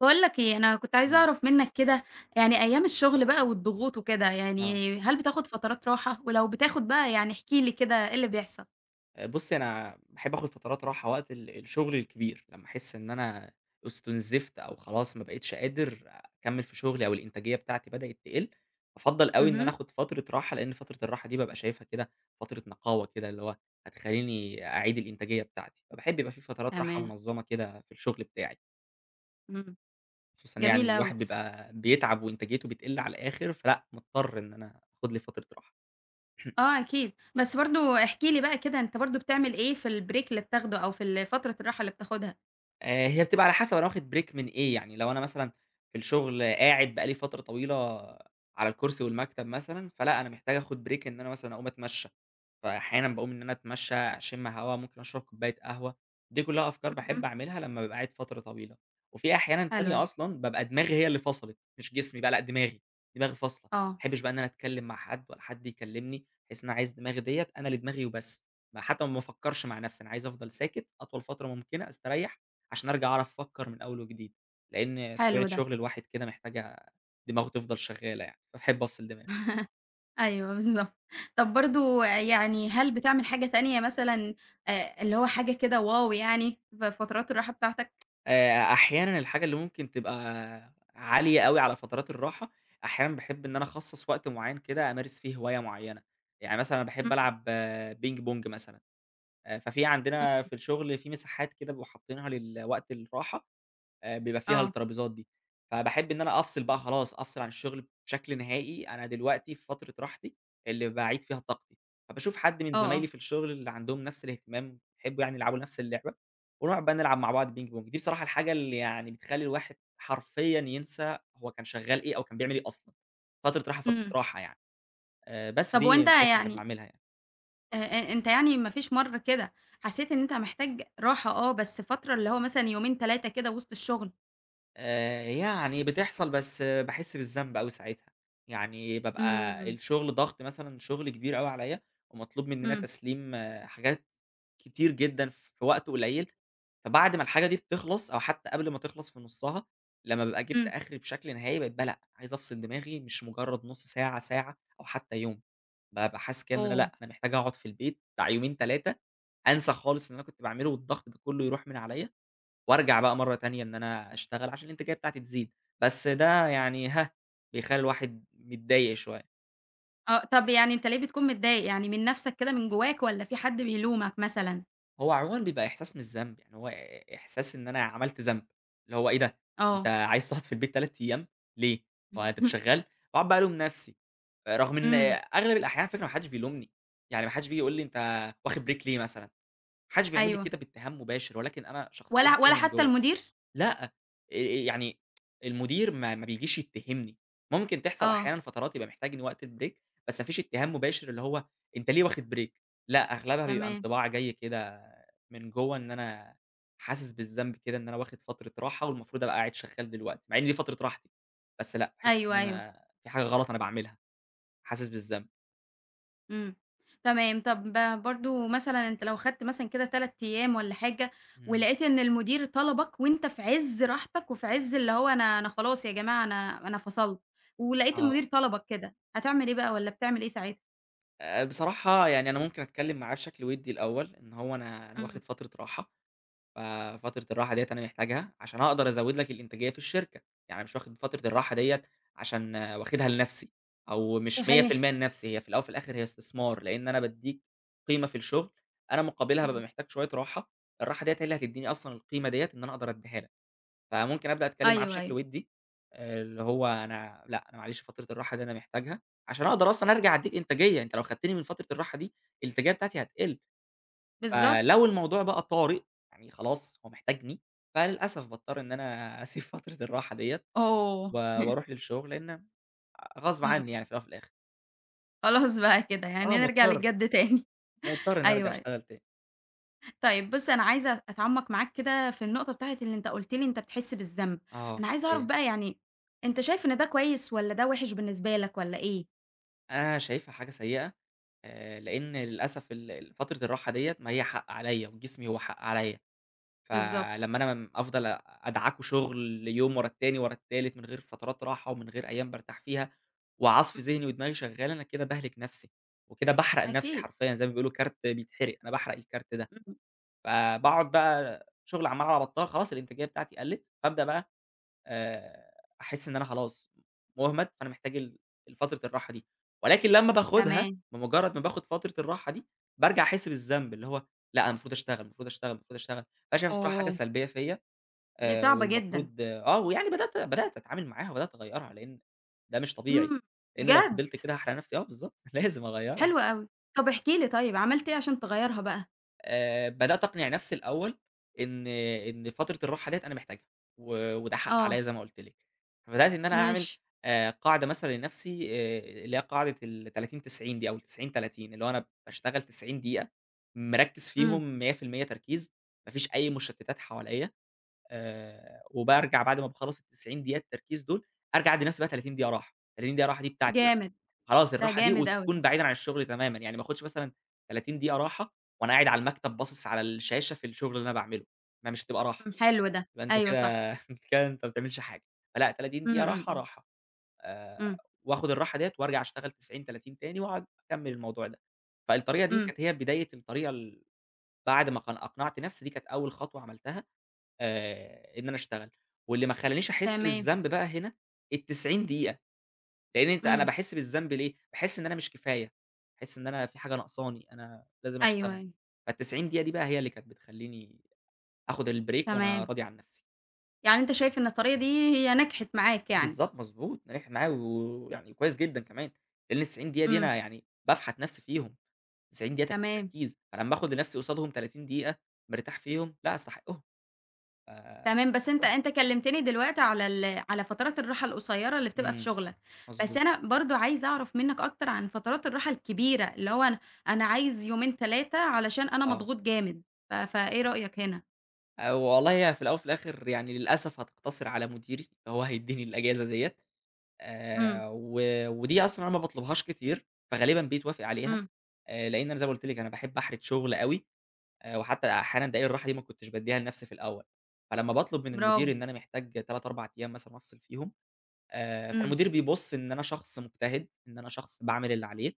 باقول لك إيه، أنا كنت عايزة إمم، أعرف منّك كده، يعني أيام الشغل بقى والضغوط وكده، آه، يعني هل بتاخد فترات راحة؟ ولو بتاخد بقى يعني احكِ لي كده إيه اللي بيحصل؟ بُصّي أنا باحب آخد فترات راحة وقت الشغل الكبير، لمّا أحس إن أنا استنزفت أو خلاص ما بقيتش قادر أكمّل في شغلي أو الإنتاجية بتاعتي بدأت تقِل، بافضّل أوي إن أنا اهم، آخد فترة راحة، لإن فترة الراحة دي بابقى شايفها كده فترة نقاوة كده، اللي هو هتخلّيني أعيد الإنتاجية بتاعتي، فباحب يبقى في فترات راحة تمام، منظّمة كده في الشغل بتاعي، إمم، خصوصًا يعني جميل أوي، الواحد بيبقى بيتعب وإنتاجيته بتقِل على الآخر، فلأ مضطر إن أنا آخد لي فترة راحة. آه أكيد، بس برضه احكِ لي بقى كده أنت برضه بتعمل إيه في الbreak اللي بتاخده أو في فترة الراحة اللي بتاخدها؟ هي بتبقى على حسب أنا واخد break من إيه، يعني لو أنا مثلًا في الشغل قاعد بقى لي فترة طويلة على الكرسي والمكتب مثلًا، فلأ أنا محتاج آخد break إن أنا مثلًا أقوم أتمشى، فأحيانًا باقوم إن أنا أتمشى، أشم هوا، ممكن أشرب كوباية قهوة، دي كلها أفكار اهم، باحب أعملها لمّا بابقى قاعد فترة طويلة، وفي أحيانًا حلوة تانية دي، أصلًا بابقى دماغي هي اللي فصلت، مش جسمي بقى لأ دماغي، دماغي فاصلة، ما آه، احبش بقى إن أنا أتكلم مع حد ولا حد يكلمني، بحيث إن أنا عايز دماغي ديّة أنا لدماغي وبس، ما حتى ما بافكرش مع نفسي، أنا عايز أفضل ساكت أطول فترة ممكنة، أستريح عشان أرجع أعرف أفكّر من أول وجديد، لإن حلو طبيعة ده، شغل الواحد كده محتاجة دماغه تفضل شغّالة يعني، فباحب أفصل دماغي. أيوه بالضبط، طب برضه يعني هل بتعمل حاجة تانية مثلًا اللي هو حاجة كده واو يعني في فترات الراحة بتاعتك؟ أحيانًا الحاجة اللي ممكن تبقى عالية أوي على فترات الراحة، أحيانًا باحب إن أنا أخصّص وقت معيّن كده أمارس فيه هواية معيّنة، يعني مثلًا أنا باحب إمم، ألعب آه، بينج بونج مثلًا، ففي عندنا إمم، في الشغل في مساحات كده بيبقوا حاطينها لل وقت الراحة، بيبقى فيها آه، الترابيزات دي، فباحب إن أنا أفصل بقى خلاص، أفصل عن الشغل بشكل نهائي، أنا دلوقتي في فترة راحتي اللي باعيد فيها طاقتي، فباشوف حد من آه، زمايلي آه. في الشغل اللي عندهم نفس الاهتمام، بيحبوا يعني يلعبوا نفس اللعبة، ونقعد بقى نلعب مع بعض بينج بونج، دي بصراحة الحاجة اللي يعني بتخلّي الواحد حرفيًا ينسى هو كان شغال إيه أو كان بيعمل إيه أصلًا، فترة راحة فترة إمم. راحة يعني، بس طب فدي من وأنت الحاجات اللي باحب يعني أعملها يعني. أ أ أنت يعني ما فيش مرّة كده حسّيت إن أنت محتاج راحة آه، بس فترة اللي هو مثلًا يومين 3 كده وسط الشغل؟ يعني بتحصل بس باحس بالذنب أوي ساعتها، يعني بابقى إمم، الشغل ضغط مثلًا شغل كبير أوي عليَّ، ومطلوب مننا إمم، تسليم حاجات كتير جدًا في وقت قليل، فبعد ما الحاجة دي بتخلص أو حتى قبل ما تخلص في نُصّها، لمّا بابقى جِبت إمم. آخري بشكل نهائي بقيت بقى لأ، عايز أفصل دماغي مش مجرد نُص ساعة، ساعة أو حتى يوم، بابقى حاسس كده إن أنا أوه! لأ، أنا محتاج أقعد في البيت بتاع يومين، 3 أنسى خالص اللي أنا كنت باعمله والضغط ده كله يروح من عليَّ وارجع بقى مرّة تانية إن أنا أشتغل عشان الإنتاجية بتاعتي تزيد، بس ده يعني ها، بيخلّي الواحد متضايق شوية. آه، طب يعني أنت ليه بتكون متضايق، يعني من نَفْسك كده من جواك والّا في حد بيلومك مثلًا؟ هو عمومًا بيبقى إحساس مش ذنب، يعني هو إحساس إن أنا عملت ذنب، اللي هو إيه ده، أنت آه. عايز تقعد في البيت 3 أيام ليه، هو أنت مش شغّال؟ باقعد بقى ألوم نفسي، رغم إن إمم، أغلب الأحيان على فكرة ما حدش بيلومني، يعني ما حدش بييجي يقول لي أنت واخد break ليه مثلًا، ما حدش بيعمل لي أيوه. كده باتهام مباشر، ولكن أنا شخصيًا ولا كده ولا من حتى جوّه. المدير؟ لأ، يعني المدير ما بيجيش يتهمني، ممكن تحصل آه، أحيانًا فترات يبقى محتاجني وقت البريك، بس ما فيش اتهام مباشر اللي هو أنت ليه واخد بريك، لأ أغلبها بيبقى تمام. انطباع جاي كده من جوّه إن أنا حاسس بالذنب كده إن أنا واخد فترة راحة والمفروض أبقى قاعد شغال دلوقتي، مع إن دي فترة راحتي، بس لأ باحس إن أيوه، أيوه. أنا في حاجة غلط أنا باعملها، حاسس بالذنب. إمم، تمام. طب برضه مثلًا أنت لو خدت مثلًا كده 3 أيام والّا حاجة، إمم. ولقيت إن المدير طلبك وأنت في عز راحتك وفي عز اللي هو أنا خلاص يا جماعة أنا فصلت، ولقيت المدير آه، طلبك كده، هتعمل إيه بقى والّا بتعمل إيه ساعتها؟ بصراحة يعني أنا ممكن أتكلم معاه بشكل ودّي الأول، إن هو أنا إمم، واخد فترة راحة. ففترة الراحة ديّة أنا محتاجها، عشان أقدر أزوّد لك الإنتاجية في الشركة، يعني أنا مش واخد فترة الراحة ديّة عشان واخدها لنفسي، أو مش صحيح، 100% لنفسي، هي في الأول وفي الآخر هي استثمار، لإن أنا بادّيك قيمة في الشغل، أنا مقابلها إمم، بابقى محتاج شوية راحة، الراحة ديّة هي اللي هتدّيني أصلًا القيمة ديّة إن أنا أقدر أدّيها لك، فممكن أبدأ أتكلم معاه أيوه، بشكل أيوه. وِدّي، اللي هو أنا لأ، أنا معلش فترة الراحة دي أنا محتاجها، عشان أقدر أصلًا أرجع أدّيك إنتاجية، أنت لو خدتني من فترة الراحة دي، الإنتاجية بتاعتي هتقل. فلو بالضبط. الموضوع بقى طارئ، يعني خلاص هو محتاجني، فللأسف باضطر إن أنا أسيب فترة الراحة ديّة أوه! وأروح للشغل، لإن غصب إمم، إمم، عني يعني في الأول وفي الآخر. خلاص بقى كده يعني آه نرجع مضطر، للجد تاني، مضطر إني أرجع أيوه، أيوه. أشتغل تاني. طيب بُص، أنا عايزة أتعمّق معاك كده في النقطة بتاعة اللي أنت قُلت لي أنت بتحس بالذنب، آه أنا عايزة أعرف أيوه. بقى يعني أنت شايف إن ده كويس والّا ده وِحِش بالنسبة لك والّا إيه؟ أنا شايفها حاجة سيئة، لإن للأسف ال فترة الراحة ديّة ما هي حق عليّا وجسمي هو حق عليّا. بالضبط. فلمّا أنا أفضل أدعكُه شُغل يوم ورا التاني، ورا التالت، من غير فترات راحة ومن غير أيام بارتاح فيها، وعصف إمم. ذهني ودماغي شغّالة، أنا كده باهلِك نَفْسي، وكده باحرق نَفْسي أكيد. حرفيًا زي ما بيقولوا كارت بيتحرق، أنا باحرق الكارت ده، إمم. فباقعد بقى شُغل عمّال على بطّال خلاص الإنتاجية بتاعتي قَلِّت، فابدأ بقى، آآ، أحس إن أنا خلاص مُهمَل، فأنا محتاج الفترة الراحة دي، ولكن لمّا باخدها تمام. بمجرد ما باخد فترة الراحة دي، بارجع أحس بالذنب، اللي هو لأ أنا المفروض أشتغل، المفروض أشتغل، المفروض أشتغل، فأنا شايفها بصراحة حاجة أوه! سلبية فيّا، دي صعبة جدًا. والمفروض آه، ويعني بدأت أتعامل معاها، وبدأت أغيّرها، لإن ده مش طبيعي، إمم. لإن لو بجد! فضلت كده هاحرق نفسي آه بالضبط، لازم أغيّرها. حلو أوي. طب احكِ لي طيب عملت إيه عشان تغيّرها بقى؟ بدأت أقنِع نَفْسي الأول إن فترة الراحة ديّة أنا محتاجها، وده حق عليّا آه، زي ما قُلت لِك. فبدأت إن أنا أعمل، ماشي. قاعدة مثلًا لنَفْسي، اللي هي قاعدة ال30 90 دي أو ال90 30 اللي هو أنا باشتغل 90 دقيقة مركِّز إمم. فيهم 100% تركيز، ما فيش أي مُشتِّتات حواليّا، وبارجع بعد ما باخلّص ال90 دقيقة التركيز دول، أرجع أدّي نَفْسي بقى 30 دقيقة راحة، 30 دقيقة راحة دي بتاعتي بقى. جامد. خلاص ده الراحة دي جامد أوي وتكون ده. بعيدًا عن الشغل تمامًا، يعني ما آخُدش مثلًا 30 دقيقة راحة وأنا قاعد على المكتب باصص على الشاشة في الشغل اللي أنا باعمله، ما مش هتبقى راحة، إمم، حلو ده. يبقى أنت أيوه صح. كده كده أنت ما بتعملش حاجة، فلأ 30 إمم، دقيقة إمم، راحة، إمم. راحة، آآ، إمم، وآخُد الراحة ديّة وأرجع أشتغل 90، 30 تاني وأقعد أكمّل الموضوع ده، فالطريقة دي إمم. كانت هي بداية الطريقة ال بعد ما أقنعت نَفْسي دي كانت أول خطوة عملتها، إن أنا أشتغل، واللي ما خلّانيش أحس تمام. بالذنب بقى هنا ال90 دقيقة. لإن أنت أنا إمم. باحس بالذنب ليه، باحس إن أنا مش كفاية، باحس إن أنا في حاجة ناقصاني، أنا لازم أيوه، أشتغل، أيوه. فال90 دقيقة دي بقى هي اللي كانت بتخلّيني آخد الbreak وأنا تمام. راضي عن نفسي. يعني أنت شايف إن الطريقة دي هي نجحت معاك يعني، بالضبط، مضبوط، نجحت معايا ويعني كويس جدًا كمان، لإن ال90 دقيقة دي إمم، أنا يعني بافحت نفسي فيهم، 90 دقيقة تركيز، تمام، تركيز، فلمّا آخد لنفسي قصادهم 30 دقيقة مرتاح فيهم، لأ أستحقهم، ف تمام، بس أنت أستحقهم. أنت كلمتني دلوقتي على على فترات الراحة القصيّرة اللي بتبقى في إمم، شغلك، بس مضبوط، أنا برضه عايزة أعرف منّك أكتر عن فترات الراحة الكبيرة، اللي هو أنا عايز يومين 3 علشان أنا آه. مضغوط جامد، فإيه رأيك هنا؟ والله هي في الأول وفي الآخر يعني للأسف هتقتصر على مديري، هو هيدّيني الأجازة ديّة. إمم، و ودي أصلًا أنا ما باطلبهاش كتير، فغالبًا بيتوافق عليها، إمم، لإن أنا زي ما قُلت لِك أنا باحب أحرِد شغل أوي، وحتى أحيانًا دقايق الراحة دي ما كنتش بادّيها لنفسي في الأول، فلمّا باطلب من المدير برافو، إن أنا محتاج 3، 4 أيام مثلًا أفصل فيهم، إمم، فالمدير بيبُص إن أنا شخص مجتهد، إن أنا شخص باعمل اللي عليه،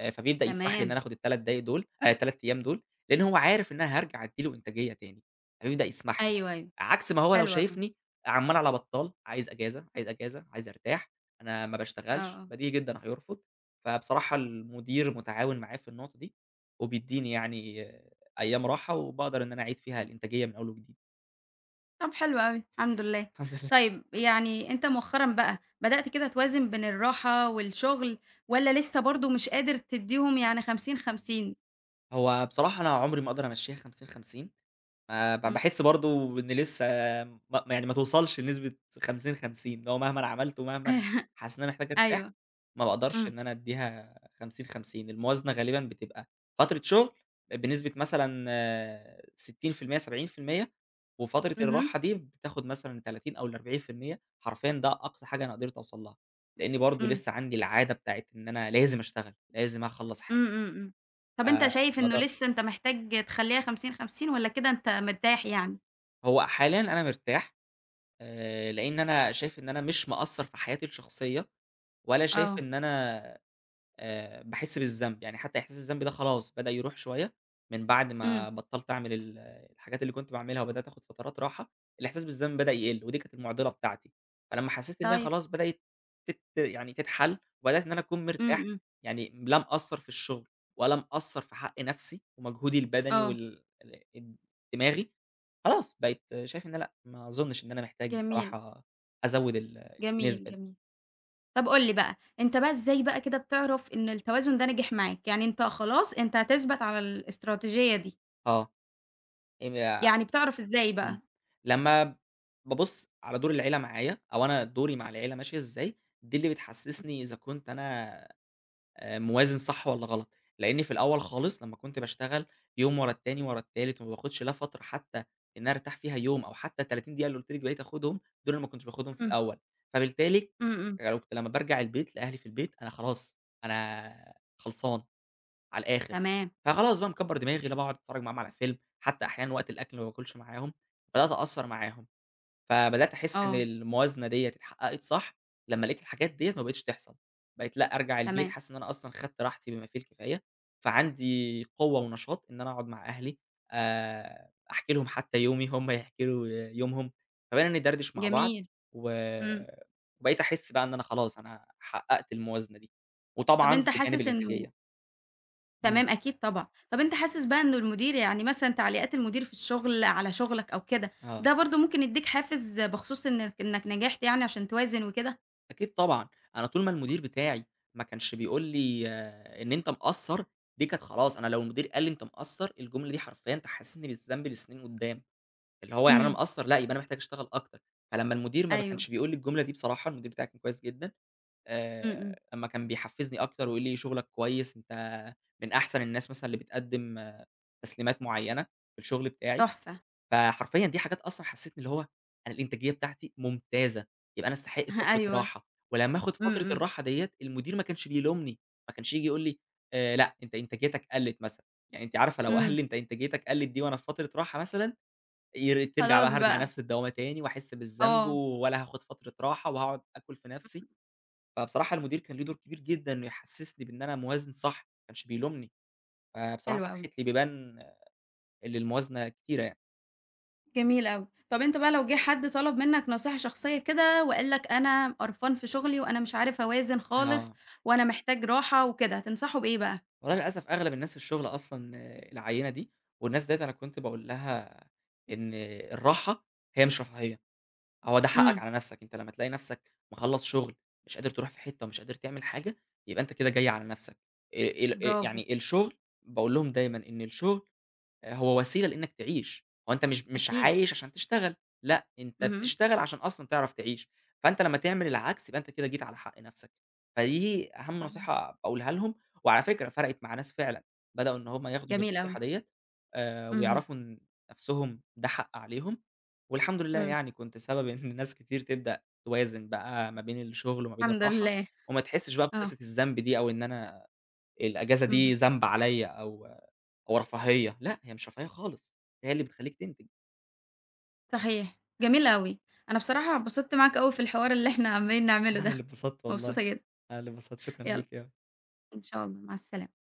فبيبدأ يسمح لي إن تمام، أنا آخد ال3 دقايق دول، 3 أيام دول، لإن هو عارف إن أنا هارجع أدّي له إنتاجية تاني، فبيبدأ يسمح لي، أيوه، أيوه، عكس ما هو لو حلو أوي، شايفني عمّال على بطّال، عايز أجازة، عايز أجازة، عايز أرتاح، أنا ما آه، باشتغلش، آه. بديهي جدًا هيرفض، فبصراحة المدير متعاون معايا في النقطة دي، وبيدّيني يعني أيام راحة وباقدر إن أنا أعيد فيها الإنتاجية من أول وجديد، طب حلو أوي، الحمد لله. الحمد لله. طيب يعني أنت مؤخرًا بقى بدأت كده توازن بين الراحة والشغل والّا لسه برضه مش قادر تدّيهم يعني 50 50؟ هو بصراحة أنا عمري ما أقدر أمشّيها 50، 50. ما ب إمم. باحس برضه إن لسه ما يعني ما توصلش لنسبة 50، 50 اللي هو مهمًا أنا عملت ومهمًا حاسس إن أنا محتاج أرتاح، أيوه. ما باقدرش إمم. إن أنا أدّيها 50، 50 الموازنة غالبًا بتبقى فترة شغل بنسبة مثلًا 60% 70% وفترة اهم. الراحة دي بتاخد مثلًا 30 أو ال40% حرفيًا ده أقصى حاجة أنا قدرت أوصل لها، لإني برضه إمم. لسه عندي العادة بتاعة إن أنا لازم أشتغل، لازم أخلّص حاجة، إمم، إمم، إمم. طب أنت ما شايف ما إنه أقدرش. لسه أنت محتاج تخلّيها 50 50 والّا كده أنت مرتاح يعني؟ هو حاليًا أنا مرتاح، لإن أنا شايف إن أنا مش مقصّر في حياتي الشخصية، ولا شايف آه. إن أنا، باحس بالذنب، يعني حتى إحساس الذنب ده خلاص بدأ يروح شوية من بعد إمم. ما بطّلت أعمل ال الحاجات اللي كنت باعملها وبدأت آخُد فترات راحة، الإحساس بالذنب بدأ يقِل ودي كانت المُعضلة بتاعتي، فلمّا حسّيت إن هي طيب. خلاص بدأت يعني تتحَل وبدأت إن أنا أكون إمم، مرتاح، إمم. يعني لا مقصّر في الشغل ولا مقصّر في حق نَفْسي ومجهودي البدني آه. وال ال الد دماغي، خلاص بقيت شايف إن لأ، ما أظُنّش إن أنا محتاج جميل، بصراحة أزوّد ال جميل، النسبة دي. جميل. طب قُل لي بقى، أنت بقى إزاي بقى كده بتعرف إن التوازن ده نجح معاك؟ يعني أنت خلاص أنت هتثبت على الاستراتيجية دي، آه. يعني بتعرف إزاي إمم. بقى؟ لمّا بابُص على دور العيلة معايا، أو أنا دوري مع العيلة ماشية إزاي، دي اللي بتحسّسني إذا كنت أنا، موازن صح والّا غلط، لإن في الأول خالص لمّا كنت باشتغل يوم ورا التاني، ورا التالت، وما باخدش لا فترة حتى إن أنا أرتاح فيها يوم أو حتى ال30 دقيقة اللي قُلت لِك بقيت آخُدهم، دول أنا ما كنتش باخدهم في إمم، الأول، فبالتالي إمم، إمم، لو كنت لمّا بارجع البيت لأهلي في البيت أنا خلاص، أنا خلصان. على الآخر، تمام، فخلاص بقى مكبّر دماغي لا باقعد أتفرّج معاهم على فيلم، حتى أحيانًا وقت الأكل ما باكلش معاهم، بدأت أقصّر معاهم، فبدأت أحس إن آه، الموازنة ديّة اتحققت صح لمّا لقيت الحاجات ديّة ما بقتش تحصل، بقيت لأ أرجع البيت تمام، حاسس إن أنا أصلًا خدت راحتي بما فيه الكفاية، فعندي قوة ونشاط إن أنا أقعد مع أهلي، أحكي لهم حتى يومي، هم يحكوا لي يومهم، فبقينا ندردش مع بعض، جميل، و إمم، وبقيت أحس بقى إن أنا خلاص أنا حققت الموازنة دي، طب أنت وطبعًا بجانب حاسس إنه الإنتاجية، إمم، تمام أكيد طبعًا، طب أنت حاسس بقى إنه المدير يعني مثلًا تعليقات المدير في الشغل على شغلك أو كده، آه. ده برضه ممكن يدّيك حافز بخصوص إنك نجحت يعني عشان توازن وكده؟ أكيد طبعًا، أنا طول ما المدير بتاعي ما كانش بيقول لي إن أنت مقصّر، دي كانت خلاص أنا لو المدير قال لي أنت مقصّر، الجملة دي حرفيًا تحسسني بالذنب لسنين قدّام، اللي هو يعني أنا إمم، مقصّر لأ، يبقى أنا محتاج أشتغل أكتر، فلمّا المدير ما أيوه، كانش بيقول لي الجملة دي بصراحة المدير بتاعي كان كويس جدًا، إمم، إمم، أمّا كان بيحفّزني أكتر ويقول لي شغلك كويس، أنت من أحسن الناس مثلًا اللي بتقدّم تسليمات معيّنة في الشغل بتاعي. تحفة، فحرفيًا دي حاجات أصلًا حسّستني اللي هو أنا الإنتاجية بتاعتي ممتازة، يبقى أنا أستحق فترة أيوه، راحة، ولمّا آخُد إمم، فترة إمم، الراحة ديّة المدير ما كانش بيلومني، ما كانش ييجي يقول لي، لأ، أنت إنتاجيتك قَلِّت مثلًا، يعني أنتِ عارفة لو قال إمم، لي أنت إنتاجيتك قَلِّت دي وأنا في فترة راحة مثلًا، ترجع بقى خلاص هارجع بقى، نفس الدوامة تاني وأحس بالذنب آه. ولا هاخُد فترة راحة وهاقعد آكُل في نفسي، إمم، فبصراحة المدير كان ليه دور كبير جدًا إنه يحسّسني بإن أنا موازن صح، ما كانش بيلومني، فبصراحة حلو أوي، فتحت لي بيبان للموازنة كتيرة يعني. جميل أوي. طَب أنت بقى لو جِه حد طلب منّك نصيحة شخصية كده وقال لك أنا قرفان في شغلي وأنا مش عارف أوازن خالص آه. وأنا محتاج راحة وكده، هتنصحه بإيه بقى؟ والله للأسف أغلب الناس في الشغل أصلًا آه، العيّنة دي، والناس ديّة أنا كنت باقول لها إن الراحة هي مش رفاهية، هو ده حقك إمم، على نفسك، أنت لمّا تلاقي نفسك مخلّص شغل مش قادر تروح في حتة ومش قادر تعمل حاجة، يبقى أنت كده جاي على نفسك. ال برافو، يعني الشغل باقول لهم دايمًا إن الشغل، هو وسيلة لإنّك تعيش، هو أنت مش أكيد، عايش عشان تشتغل، لأ، أنت اهم، بتشتغل عشان أصلًا تعرف تعيش، فأنت لمّا تعمل العكس يبقى أنت كده جيت على حق نَفْسك، فدي أهم صحيح، نصيحة باقولها لهم، وعلى فكرة فرقِت مع ناس فعلًا، بدأوا إن هم ياخدوا جميل أوي، بالنصيحة ديّة، اهم، ويعرفوا إن نَفْسهم ده حق عليهم، والحمد لله إمم، يعني كنت سبب إن ناس كتير تبدأ توازن بقى ما بين الشغل وما بين الحمد الراحة، لله، وما تحسّش بقى آه، بقصة الذنب دي أو إن أنا الأجازة دي اهم، ذنب عليّا أو أو رفاهية، لأ هي مش رفاهية خالص، هي اللي بتخلّيك تنتج. صحيح، جميل أوي. أنا بصراحة اتبسطت معاك أوي في الحوار اللي إحنا عمّالين نعمله أنا اللي ده، اتبسطت والله، مبسوطة جدًا، أنا اللي اتبسطت، شكرًا يالّا ليكِ. إن شاء الله، مع السلامة.